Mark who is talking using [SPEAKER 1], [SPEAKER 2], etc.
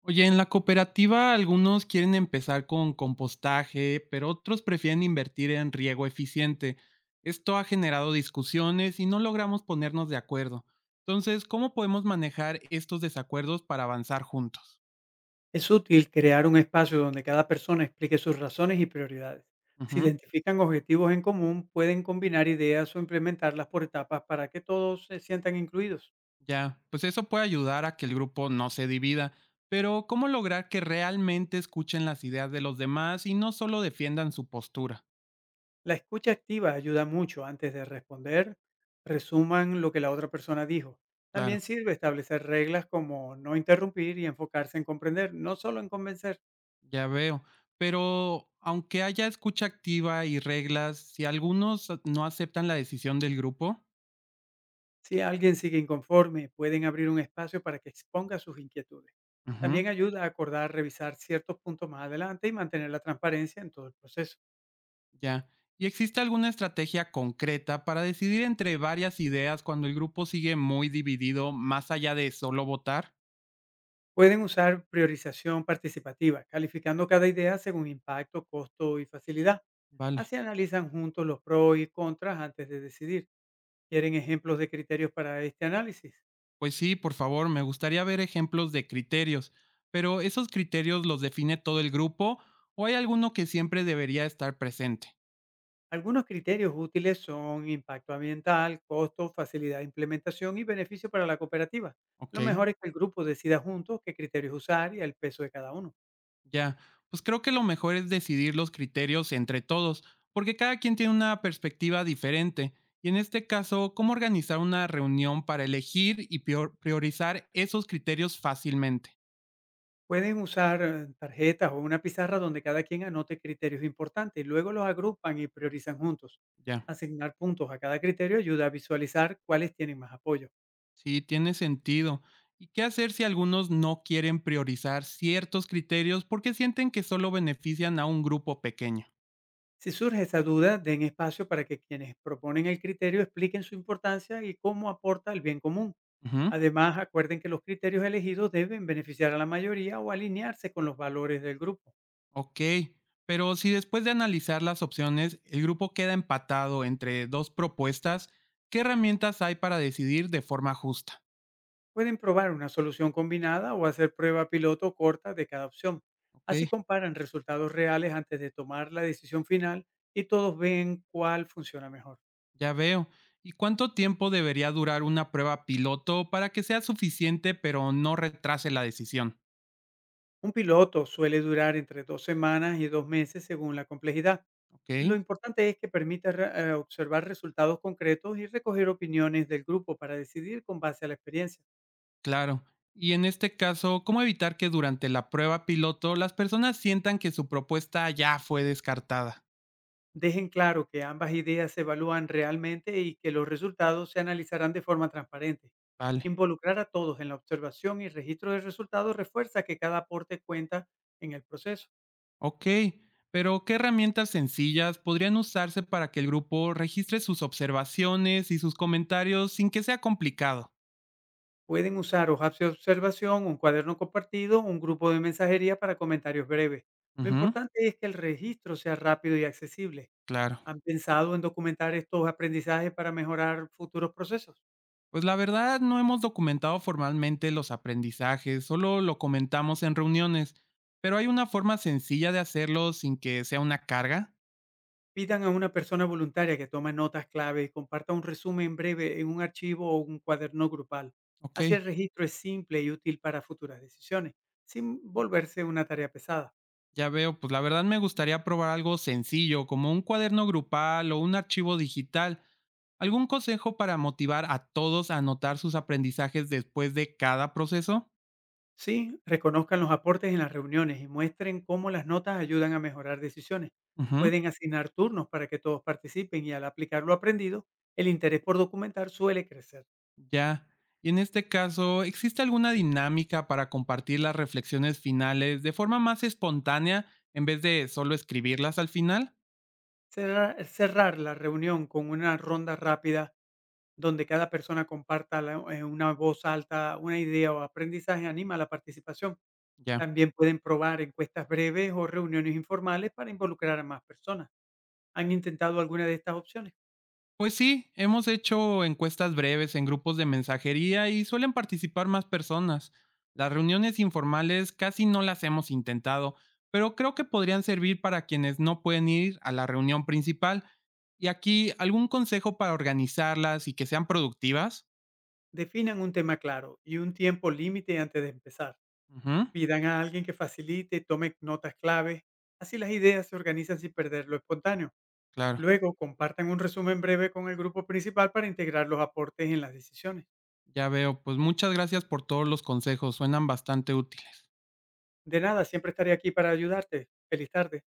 [SPEAKER 1] Oye, en la cooperativa algunos quieren empezar con compostaje, pero otros prefieren invertir en riego eficiente. Esto ha generado discusiones y no logramos ponernos de acuerdo. Entonces, ¿cómo podemos manejar estos desacuerdos para avanzar juntos?
[SPEAKER 2] Es útil crear un espacio donde cada persona explique sus razones y prioridades. Si
[SPEAKER 1] Ujú,
[SPEAKER 2] identifican objetivos en común, pueden combinar ideas o implementarlas por etapas para que todos se sientan incluidos.
[SPEAKER 1] ya, pues eso puede ayudar a que el grupo no se divida, pero ¿cómo lograr que realmente escuchen las ideas de los demás y no solo defiendan su postura?
[SPEAKER 2] La escucha activa ayuda mucho antes de responder. Resuman lo que la otra persona dijo.
[SPEAKER 1] Claro.
[SPEAKER 2] También sirve establecer reglas como no interrumpir y enfocarse en comprender, no solo en convencer.
[SPEAKER 1] Ya veo. Pero aunque haya escucha activa y reglas, si algunos no aceptan la decisión del grupo,
[SPEAKER 2] Si alguien sigue inconforme, pueden abrir un espacio para que exponga sus inquietudes.
[SPEAKER 1] ujú,
[SPEAKER 2] También ayuda a acordar revisar ciertos puntos más adelante y mantener la transparencia en todo el proceso.
[SPEAKER 1] ya. ¿Y existe alguna estrategia concreta para decidir entre varias ideas cuando el grupo sigue muy dividido, más allá de solo votar?
[SPEAKER 2] Pueden usar priorización participativa, calificando cada idea según impacto, costo y facilidad.
[SPEAKER 1] Vale.
[SPEAKER 2] Así analizan juntos los pros y contras antes de decidir. ¿Quieren ejemplos de criterios para este análisis?
[SPEAKER 1] Pues sí, por favor, me gustaría ver ejemplos de criterios. Pero ¿esos criterios los define todo el grupo o hay alguno que siempre debería estar presente?
[SPEAKER 2] Algunos criterios útiles son impacto ambiental, costo, facilidad de implementación y beneficio para la cooperativa.
[SPEAKER 1] Ok.
[SPEAKER 2] Lo mejor es que el grupo decida juntos qué criterios usar y el peso de cada uno.
[SPEAKER 1] Ya, pues creo que lo mejor es decidir los criterios entre todos, porque cada quien tiene una perspectiva diferente. Y en este caso, ¿cómo organizar una reunión para elegir y priorizar esos criterios fácilmente?
[SPEAKER 2] Pueden usar tarjetas o una pizarra donde cada quien anote criterios importantes y luego los agrupan y priorizan juntos.
[SPEAKER 1] Ya,
[SPEAKER 2] Asignar puntos a cada criterio ayuda a visualizar cuáles tienen más apoyo.
[SPEAKER 1] sí, tiene sentido. ¿Y qué hacer si algunos no quieren priorizar ciertos criterios porque sienten que solo benefician a un grupo pequeño?
[SPEAKER 2] Si surge esa duda, den espacio para que quienes proponen el criterio expliquen su importancia y cómo aporta al bien común.
[SPEAKER 1] Ujú.
[SPEAKER 2] Además, acuerden que los criterios elegidos deben beneficiar a la mayoría o alinearse con los valores del grupo.
[SPEAKER 1] Ok, pero si después de analizar las opciones el grupo queda empatado entre dos propuestas, ¿qué herramientas hay para decidir de forma justa?
[SPEAKER 2] Pueden probar una solución combinada o hacer prueba piloto corta de cada opción.
[SPEAKER 1] Ok,
[SPEAKER 2] Así comparan resultados reales antes de tomar la decisión final y todos ven cuál funciona mejor.
[SPEAKER 1] ya veo. ¿Y cuánto tiempo debería durar una prueba piloto para que sea suficiente pero no retrase la decisión?
[SPEAKER 2] Un piloto suele durar entre 2 semanas y 2 meses según la complejidad.
[SPEAKER 1] Ok,
[SPEAKER 2] Lo importante es que permita observar resultados concretos y recoger opiniones del grupo para decidir con base a la experiencia.
[SPEAKER 1] claro. Y en este caso, ¿cómo evitar que durante la prueba piloto las personas sientan que su propuesta ya fue descartada?
[SPEAKER 2] Dejen claro que ambas ideas se evalúan realmente y que los resultados se analizarán de forma transparente.
[SPEAKER 1] Vale.
[SPEAKER 2] Involucrar a todos en la observación y registro de resultados refuerza que cada aporte cuenta en el proceso.
[SPEAKER 1] Ok, pero ¿qué herramientas sencillas podrían usarse para que el grupo registre sus observaciones y sus comentarios sin que sea complicado?
[SPEAKER 2] Pueden usar hojas de observación, un cuaderno compartido, un grupo de mensajería para comentarios breves. Lo
[SPEAKER 1] Ujú,
[SPEAKER 2] importante es que el registro sea rápido y accesible.
[SPEAKER 1] claro.
[SPEAKER 2] ¿Han pensado en documentar estos aprendizajes para mejorar futuros procesos?
[SPEAKER 1] Pues la verdad no hemos documentado formalmente los aprendizajes, solo lo comentamos en reuniones, pero hay una forma sencilla de hacerlo sin que sea una carga.
[SPEAKER 2] Pidan a una persona voluntaria que tome notas clave y comparta un resumen breve en un archivo o un cuaderno grupal.
[SPEAKER 1] Ok.
[SPEAKER 2] Así el registro es simple y útil para futuras decisiones, sin volverse una tarea pesada.
[SPEAKER 1] Ya veo, pues la verdad me gustaría probar algo sencillo, como un cuaderno grupal o un archivo digital. ¿Algún consejo para motivar a todos a anotar sus aprendizajes después de cada proceso?
[SPEAKER 2] Sí, reconozcan los aportes en las reuniones y muestren cómo las notas ayudan a mejorar decisiones.
[SPEAKER 1] Ujú,
[SPEAKER 2] Pueden asignar turnos para que todos participen y al aplicar lo aprendido, el interés por documentar suele crecer.
[SPEAKER 1] ya. Y en este caso, ¿existe alguna dinámica para compartir las reflexiones finales de forma más espontánea en vez de solo escribirlas al final?
[SPEAKER 2] Cerrar la reunión con una ronda rápida donde cada persona comparta la en una voz alta una idea o aprendizaje anima a la participación.
[SPEAKER 1] Ya.
[SPEAKER 2] También pueden probar encuestas breves o reuniones informales para involucrar a más personas. ¿Han intentado alguna de estas opciones?
[SPEAKER 1] Pues sí, hemos hecho encuestas breves en grupos de mensajería y suelen participar más personas. Las reuniones informales casi no las hemos intentado, pero creo que podrían servir para quienes no pueden ir a la reunión principal. Y aquí, ¿algún consejo para organizarlas y que sean productivas?
[SPEAKER 2] Definan un tema claro y un tiempo límite antes de empezar.
[SPEAKER 1] Ujú,
[SPEAKER 2] Pidan a alguien que facilite, tome notas claves. Así las ideas se organizan sin perder lo espontáneo.
[SPEAKER 1] claro,
[SPEAKER 2] Luego compartan un resumen breve con el grupo principal para integrar los aportes en las decisiones.
[SPEAKER 1] ya veo. Pues muchas gracias por todos los consejos, suenan bastante útiles.
[SPEAKER 2] De nada, siempre estaré aquí para ayudarte. Feliz tarde.